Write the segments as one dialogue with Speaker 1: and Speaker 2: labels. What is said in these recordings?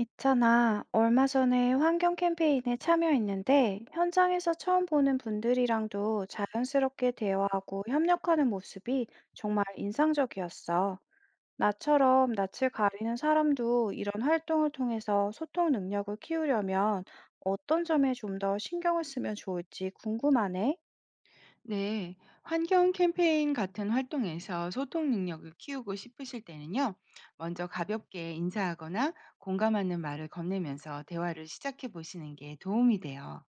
Speaker 1: 있잖아, 얼마 전에 환경 캠페인에 참여했는데, 현장에서 처음 보는 분들이랑도 자연스럽게 대화하고 협력하는 모습이 정말 인상적이었어. 나처럼 낯을 가리는 사람도 이런 활동을 통해서 소통 능력을 키우려면 어떤 점에 좀 더 신경을 쓰면 좋을지 궁금하네.
Speaker 2: 네, 환경 캠페인 같은 활동에서 소통 능력을 키우고 싶으실 때는요, 먼저 가볍게 인사하거나 공감하는 말을 건네면서 대화를 시작해 보시는 게 도움이 돼요.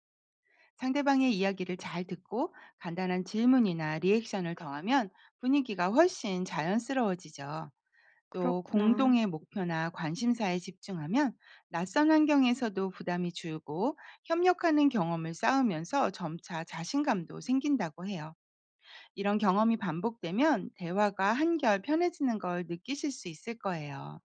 Speaker 2: 상대방의 이야기를 잘 듣고 간단한 질문이나 리액션을 더하면 분위기가 훨씬 자연스러워지죠. 또
Speaker 1: 그렇구나.
Speaker 2: 공동의 목표나 관심사에 집중하면 낯선 환경에서도 부담이 줄고 협력하는 경험을 쌓으면서 점차 자신감도 생긴다고 해요. 이런 경험이 반복되면 대화가 한결 편해지는 걸 느끼실 수 있을 거예요.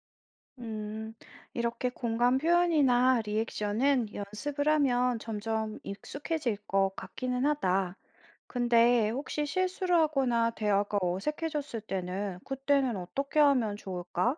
Speaker 1: 음, 이렇게 공감 표현이나 리액션은 연습을 하면 점점 익숙해질 것 같기는 하다. 근데 혹시 실수를 하거나 대화가 어색해졌을 때는 그때는 어떻게 하면 좋을까?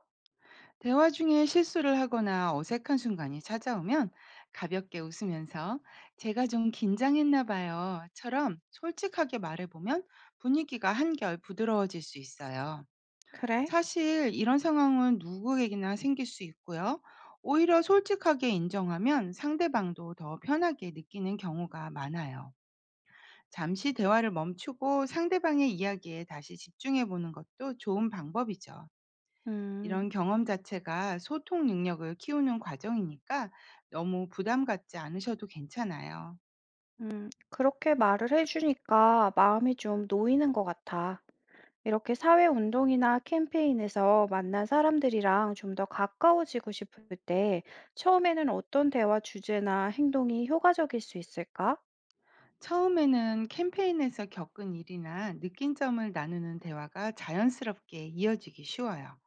Speaker 2: 대화 중에 실수를 하거나 어색한 순간이 찾아오면 가볍게 웃으면서 "제가 좀 긴장했나 봐요."처럼 솔직하게 말해보면 분위기가 한결 부드러워질 수 있어요.
Speaker 1: 그래?
Speaker 2: 사실 이런 상황은 누구에게나 생길 수 있고요. 오히려 솔직하게 인정하면 상대방도 더 편하게 느끼는 경우가 많아요. 잠시 대화를 멈추고 상대방의 이야기에 다시 집중해 보는 것도 좋은 방법이죠.
Speaker 1: 음,
Speaker 2: 이런 경험 자체가 소통 능력을 키우는 과정이니까 너무 부담 갖지 않으셔도 괜찮아요.
Speaker 1: 그렇게 말을 해주니까 마음이 좀 놓이는 것 같아. 이렇게 사회 운동이나 캠페인에서 만난 사람들이랑 좀 더 가까워지고 싶을 때 처음에는 어떤 대화 주제나 행동이 효과적일 수 있을까?
Speaker 2: 처음에는 캠페인에서 겪은 일이나 느낀 점을 나누는 대화가 자연스럽게 이어지기 쉬워요.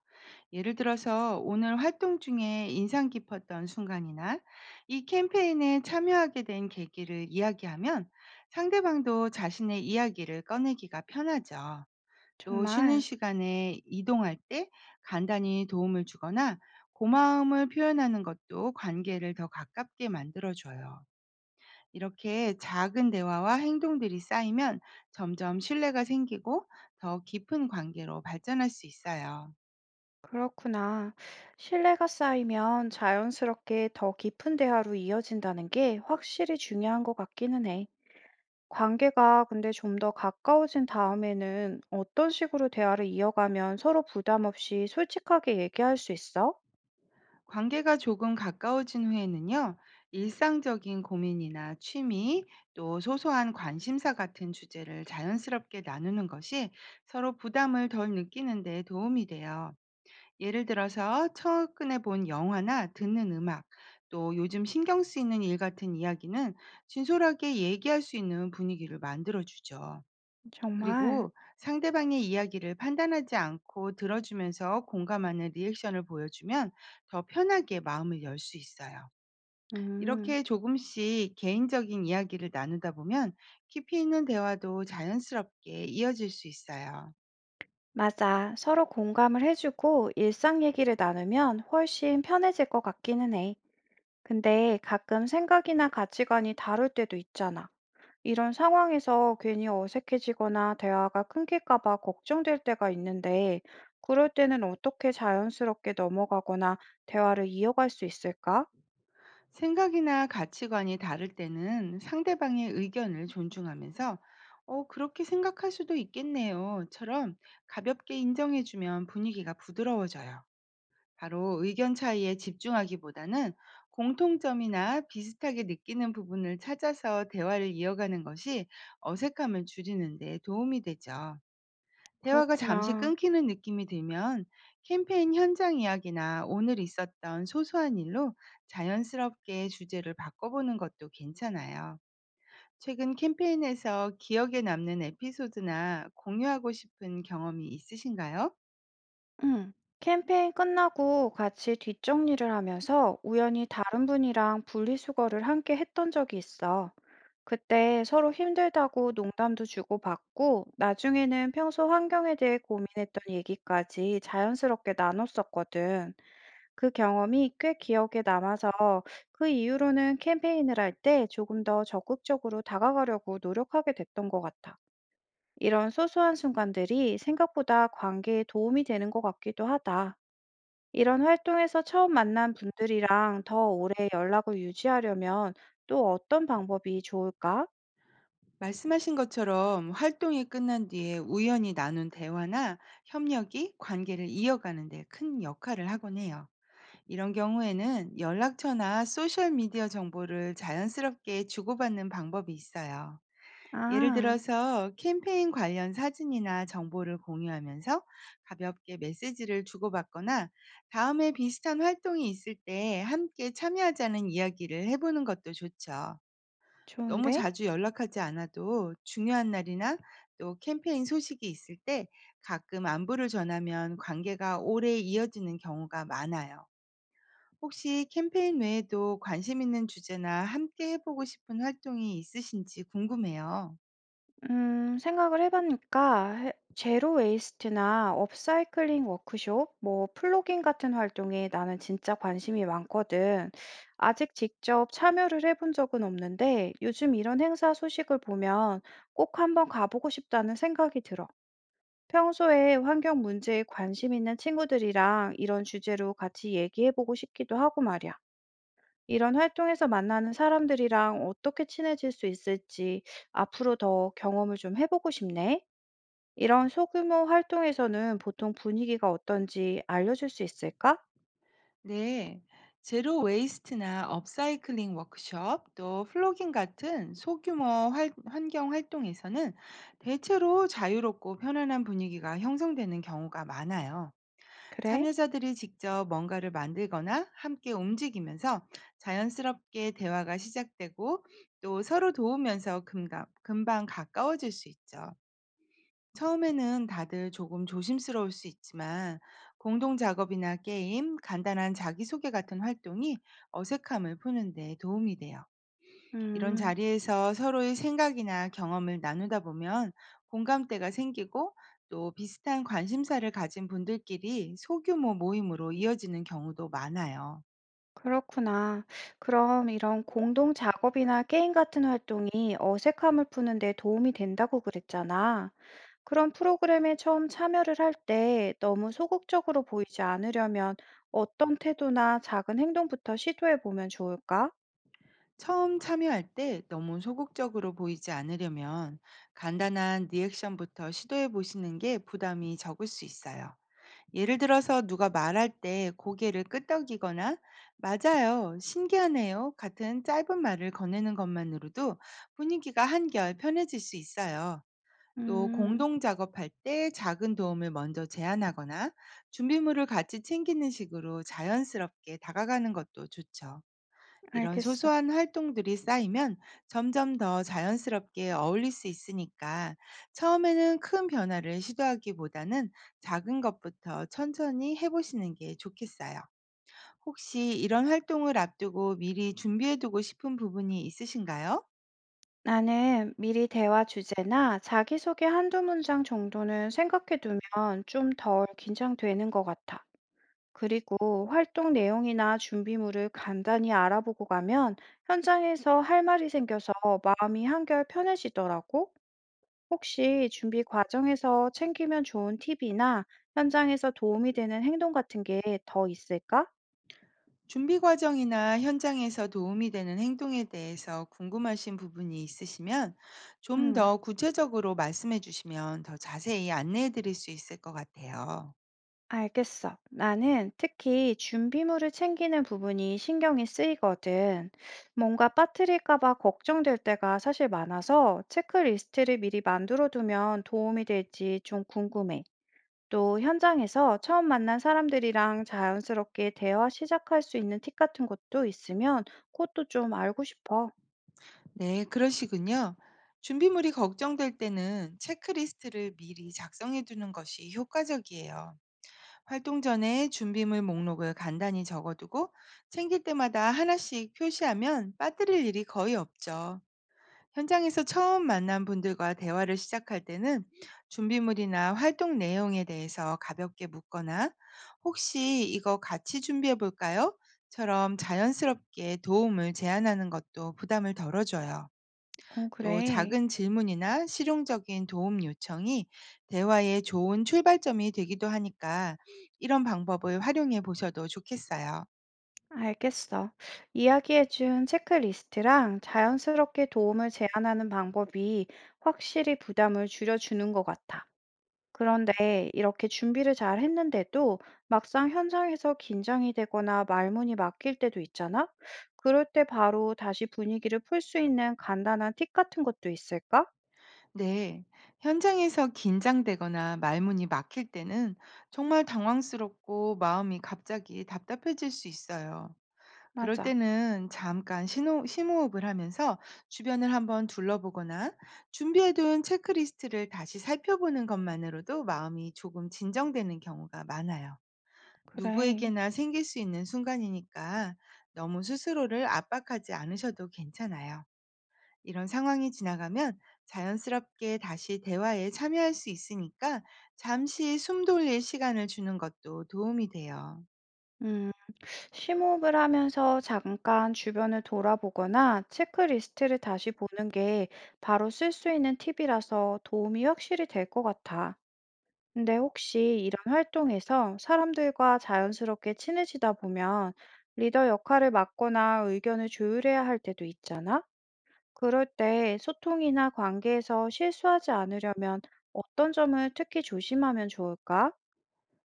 Speaker 2: 예를 들어서 오늘 활동 중에 인상 깊었던 순간이나 이 캠페인에 참여하게 된 계기를 이야기하면 상대방도 자신의 이야기를 꺼내기가 편하죠. 또 쉬는
Speaker 1: 정말.
Speaker 2: 시간에 이동할 때 간단히 도움을 주거나 고마움을 표현하는 것도 관계를 더 가깝게 만들어줘요. 이렇게 작은 대화와 행동들이 쌓이면 점점 신뢰가 생기고 더 깊은 관계로 발전할 수 있어요.
Speaker 1: 그렇구나. 신뢰가 쌓이면 자연스럽게 더 깊은 대화로 이어진다는 게 확실히 중요한 것 같기는 해. 관계가 근데 좀 더 가까워진 다음에는 어떤 식으로 대화를 이어가면 서로 부담 없이 솔직하게 얘기할 수 있어?
Speaker 2: 관계가 조금 가까워진 후에는요, 일상적인 고민이나 취미, 또 소소한 관심사 같은 주제를 자연스럽게 나누는 것이 서로 부담을 덜 느끼는 데 도움이 돼요. 예를 들어서 최근에 본 영화나 듣는 음악, 또 요즘 신경 쓰이는 일 같은 이야기는 진솔하게 얘기할 수 있는 분위기를 만들어주죠.
Speaker 1: 정말?
Speaker 2: 그리고 상대방의 이야기를 판단하지 않고 들어주면서 공감하는 리액션을 보여주면 더 편하게 마음을 열 수 있어요.
Speaker 1: 음,
Speaker 2: 이렇게 조금씩 개인적인 이야기를 나누다 보면 깊이 있는 대화도 자연스럽게 이어질 수 있어요.
Speaker 1: 맞아. 서로 공감을 해주고 일상 얘기를 나누면 훨씬 편해질 것 같기는 해. 근데 가끔 생각이나 가치관이 다를 때도 있잖아. 이런 상황에서 괜히 어색해지거나 대화가 끊길까 봐 걱정될 때가 있는데, 그럴 때는 어떻게 자연스럽게 넘어가거나 대화를 이어갈 수 있을까?
Speaker 2: 생각이나 가치관이 다를 때는 상대방의 의견을 존중하면서 "어, 그렇게 생각할 수도 있겠네요."처럼 가볍게 인정해주면 분위기가 부드러워져요. 바로 의견 차이에 집중하기보다는 공통점이나 비슷하게 느끼는 부분을 찾아서 대화를 이어가는 것이 어색함을 줄이는 데 도움이 되죠. 대화가 잠시
Speaker 1: 그렇구나.
Speaker 2: 끊기는 느낌이 들면 캠페인 현장 이야기나 오늘 있었던 소소한 일로 자연스럽게 주제를 바꿔보는 것도 괜찮아요. 최근 캠페인에서 기억에 남는 에피소드나 공유하고 싶은 경험이 있으신가요?
Speaker 1: 응. 캠페인 끝나고 같이 뒷정리를 하면서 우연히 다른 분이랑 분리수거를 함께 했던 적이 있어. 그때 서로 힘들다고 농담도 주고받고, 나중에는 평소 환경에 대해 고민했던 얘기까지 자연스럽게 나눴었거든. 그 경험이 꽤 기억에 남아서 그 이후로는 캠페인을 할 때 조금 더 적극적으로 다가가려고 노력하게 됐던 것 같아. 이런 소소한 순간들이 생각보다 관계에 도움이 되는 것 같기도 하다. 이런 활동에서 처음 만난 분들이랑 더 오래 연락을 유지하려면 또 어떤 방법이 좋을까?
Speaker 2: 말씀하신 것처럼 활동이 끝난 뒤에 우연히 나눈 대화나 협력이 관계를 이어가는 데 큰 역할을 하곤 해요. 이런 경우에는 연락처나 소셜미디어 정보를 자연스럽게 주고받는 방법이 있어요. 예를
Speaker 1: 아.
Speaker 2: 들어서 캠페인 관련 사진이나 정보를 공유하면서 가볍게 메시지를 주고받거나 다음에 비슷한 활동이 있을 때 함께 참여하자는 이야기를 해보는 것도 좋죠. 너무
Speaker 1: 좋은데?
Speaker 2: 자주 연락하지 않아도 중요한 날이나 또 캠페인 소식이 있을 때 가끔 안부를 전하면 관계가 오래 이어지는 경우가 많아요. 혹시 캠페인 외에도 관심 있는 주제나 함께 해보고 싶은 활동이 있으신지 궁금해요.
Speaker 1: 제로 웨이스트나 업사이클링 워크숍, 뭐 플로깅 같은 활동에 나는 진짜 관심이 많거든. 아직 직접 참여를 해본 적은 없는데 요즘 이런 행사 소식을 보면 꼭 한번 가보고 싶다는 생각이 들어. 평소에 환경 문제에 관심 있는 친구들이랑 이런 주제로 같이 얘기해보고 싶기도 하고 말이야. 이런 활동에서 만나는 사람들이랑 어떻게 친해질 수 있을지 앞으로 더 경험을 좀 해보고 싶네. 이런 소규모 활동에서는 보통 분위기가 어떤지 알려줄 수 있을까?
Speaker 2: 네. 제로 웨이스트나 업사이클링 워크숍, 또 플로깅 같은 소규모 환경 활동에서는 대체로 자유롭고 편안한 분위기가 형성되는 경우가 많아요.
Speaker 1: 그래?
Speaker 2: 참여자들이 직접 뭔가를 만들거나 함께 움직이면서 자연스럽게 대화가 시작되고 또 서로 도우면서 금방 가까워질 수 있죠. 처음에는 다들 조금 조심스러울 수 있지만 공동 작업이나 게임, 간단한 자기소개 같은 활동이 어색함을 푸는 데 도움이 돼요. 이런
Speaker 1: 음,
Speaker 2: 자리에서 서로의 생각이나 경험을 나누다 보면 공감대가 생기고 또 비슷한 관심사를 가진 분들끼리 소규모 모임으로 이어지는 경우도 많아요.
Speaker 1: 그렇구나. 그럼 이런 공동 작업이나 게임 같은 활동이 어색함을 푸는 데 도움이 된다고 그랬잖아. 그런 프로그램에 처음 참여를 할 때 너무 소극적으로 보이지 않으려면 어떤 태도나 작은 행동부터 시도해 보면 좋을까?
Speaker 2: 처음 참여할 때 너무 소극적으로 보이지 않으려면 간단한 리액션부터 시도해 보시는 게 부담이 적을 수 있어요. 예를 들어서 누가 말할 때 고개를 끄덕이거나 "맞아요. 신기하네요." 같은 짧은 말을 건네는 것만으로도 분위기가 한결 편해질 수 있어요. 또
Speaker 1: 음,
Speaker 2: 공동 작업할 때 작은 도움을 먼저 제안하거나 준비물을 같이 챙기는 식으로 자연스럽게 다가가는 것도 좋죠. 이런
Speaker 1: 알겠어.
Speaker 2: 소소한 활동들이 쌓이면 점점 더 자연스럽게 어울릴 수 있으니까 처음에는 큰 변화를 시도하기보다는 작은 것부터 천천히 해보시는 게 좋겠어요. 혹시 이런 활동을 앞두고 미리 준비해두고 싶은 부분이 있으신가요?
Speaker 1: 나는 미리 대화 주제나 자기소개 한두 문장 정도는 생각해 두면 좀 덜 긴장되는 것 같아. 그리고 활동 내용이나 준비물을 간단히 알아보고 가면 현장에서 할 말이 생겨서 마음이 한결 편해지더라고. 혹시 준비 과정에서 챙기면 좋은 팁이나 현장에서 도움이 되는 행동 같은 게 더 있을까?
Speaker 2: 준비 과정이나 현장에서 도움이 되는 행동에 대해서 궁금하신 부분이 있으시면 좀
Speaker 1: 음.
Speaker 2: 더 구체적으로 말씀해 주시면 더 자세히 안내해 드릴 수 있을 것 같아요.
Speaker 1: 알겠어. 나는 특히 준비물을 챙기는 부분이 신경이 쓰이거든. 뭔가 빠뜨릴까 봐 걱정될 때가 사실 많아서 체크리스트를 미리 만들어 두면 도움이 될지 좀 궁금해. 또 현장에서 처음 만난 사람들이랑 자연스럽게 대화 시작할 수 있는 팁 같은 것도 있으면 그것도 좀 알고 싶어.
Speaker 2: 네, 그러시군요. 준비물이 걱정될 때는 체크리스트를 미리 작성해 두는 것이 효과적이에요. 활동 전에 준비물 목록을 간단히 적어두고 챙길 때마다 하나씩 표시하면 빠뜨릴 일이 거의 없죠. 현장에서 처음 만난 분들과 대화를 시작할 때는 준비물이나 활동 내용에 대해서 가볍게 묻거나 "혹시 이거 같이 준비해 볼까요? 처럼 자연스럽게 도움을 제안하는 것도 부담을 덜어줘요.
Speaker 1: 응,
Speaker 2: 또
Speaker 1: 그래.
Speaker 2: 작은 질문이나 실용적인 도움 요청이 대화의 좋은 출발점이 되기도 하니까 이런 방법을 활용해 보셔도 좋겠어요.
Speaker 1: 알겠어. 이야기해준 체크리스트랑 자연스럽게 도움을 제안하는 방법이 확실히 부담을 줄여주는 것 같아. 그런데 이렇게 준비를 잘 했는데도 막상 현장에서 긴장이 되거나 말문이 막힐 때도 있잖아? 그럴 때 바로 다시 분위기를 풀 수 있는 간단한 팁 같은 것도 있을까?
Speaker 2: 네. 현장에서 긴장되거나 말문이 막힐 때는 정말 당황스럽고 마음이 갑자기 답답해질 수 있어요. 그럴
Speaker 1: 맞아.
Speaker 2: 때는 잠깐 심호흡을 하면서 주변을 한번 둘러보거나 준비해둔 체크리스트를 다시 살펴보는 것만으로도 마음이 조금 진정되는 경우가 많아요.
Speaker 1: 그래.
Speaker 2: 누구에게나 생길 수 있는 순간이니까 너무 스스로를 압박하지 않으셔도 괜찮아요. 이런 상황이 지나가면 자연스럽게 다시 대화에 참여할 수 있으니까 잠시 숨 돌릴 시간을 주는 것도 도움이 돼요.
Speaker 1: 음. 심호흡을 하면서 잠깐 주변을 돌아보거나 체크리스트를 다시 보는 게 바로 쓸 수 있는 팁이라서 도움이 확실히 될 것 같아. 근데 혹시 이런 활동에서 사람들과 자연스럽게 친해지다 보면 리더 역할을 맡거나 의견을 조율해야 할 때도 있잖아? 그럴 때 소통이나 관계에서 실수하지 않으려면 어떤 점을 특히 조심하면 좋을까?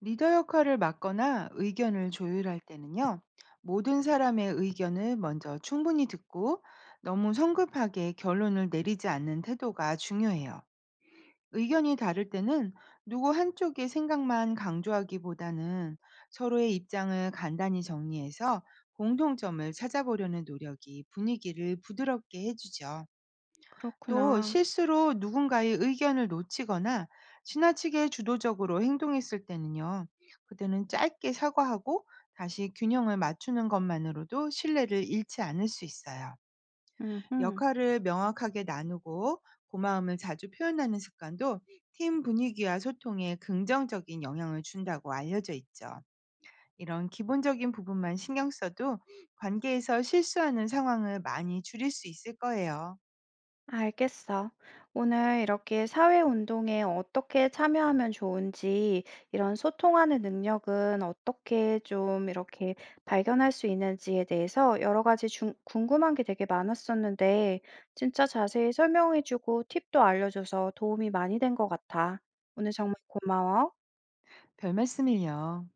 Speaker 2: 리더 역할을 맡거나 의견을 조율할 때는요, 모든 사람의 의견을 먼저 충분히 듣고 너무 성급하게 결론을 내리지 않는 태도가 중요해요. 의견이 다를 때는 누구 한쪽의 생각만 강조하기보다는 서로의 입장을 간단히 정리해서 공통점을 찾아보려는 노력이 분위기를 부드럽게 해주죠. 또
Speaker 1: 그렇구나.
Speaker 2: 실수로 누군가의 의견을 놓치거나 지나치게 주도적으로 행동했을 때는요. 그때는 짧게 사과하고 다시 균형을 맞추는 것만으로도 신뢰를 잃지 않을 수 있어요.
Speaker 1: 음,
Speaker 2: 역할을 명확하게 나누고 고마움을 자주 표현하는 습관도 팀 분위기와 소통에 긍정적인 영향을 준다고 알려져 있죠. 이런 기본적인 부분만 신경 써도 관계에서 실수하는 상황을 많이 줄일 수 있을 거예요.
Speaker 1: 알겠어. 오늘 이렇게 사회운동에 어떻게 참여하면 좋은지, 이런 소통하는 능력은 어떻게 좀 이렇게 발견할 수 있는지에 대해서 여러 가지 궁금한 게 되게 많았었는데, 진짜 자세히 설명해주고 팁도 알려줘서 도움이 많이 된 것 같아. 오늘 정말 고마워.
Speaker 2: 별 말씀을요.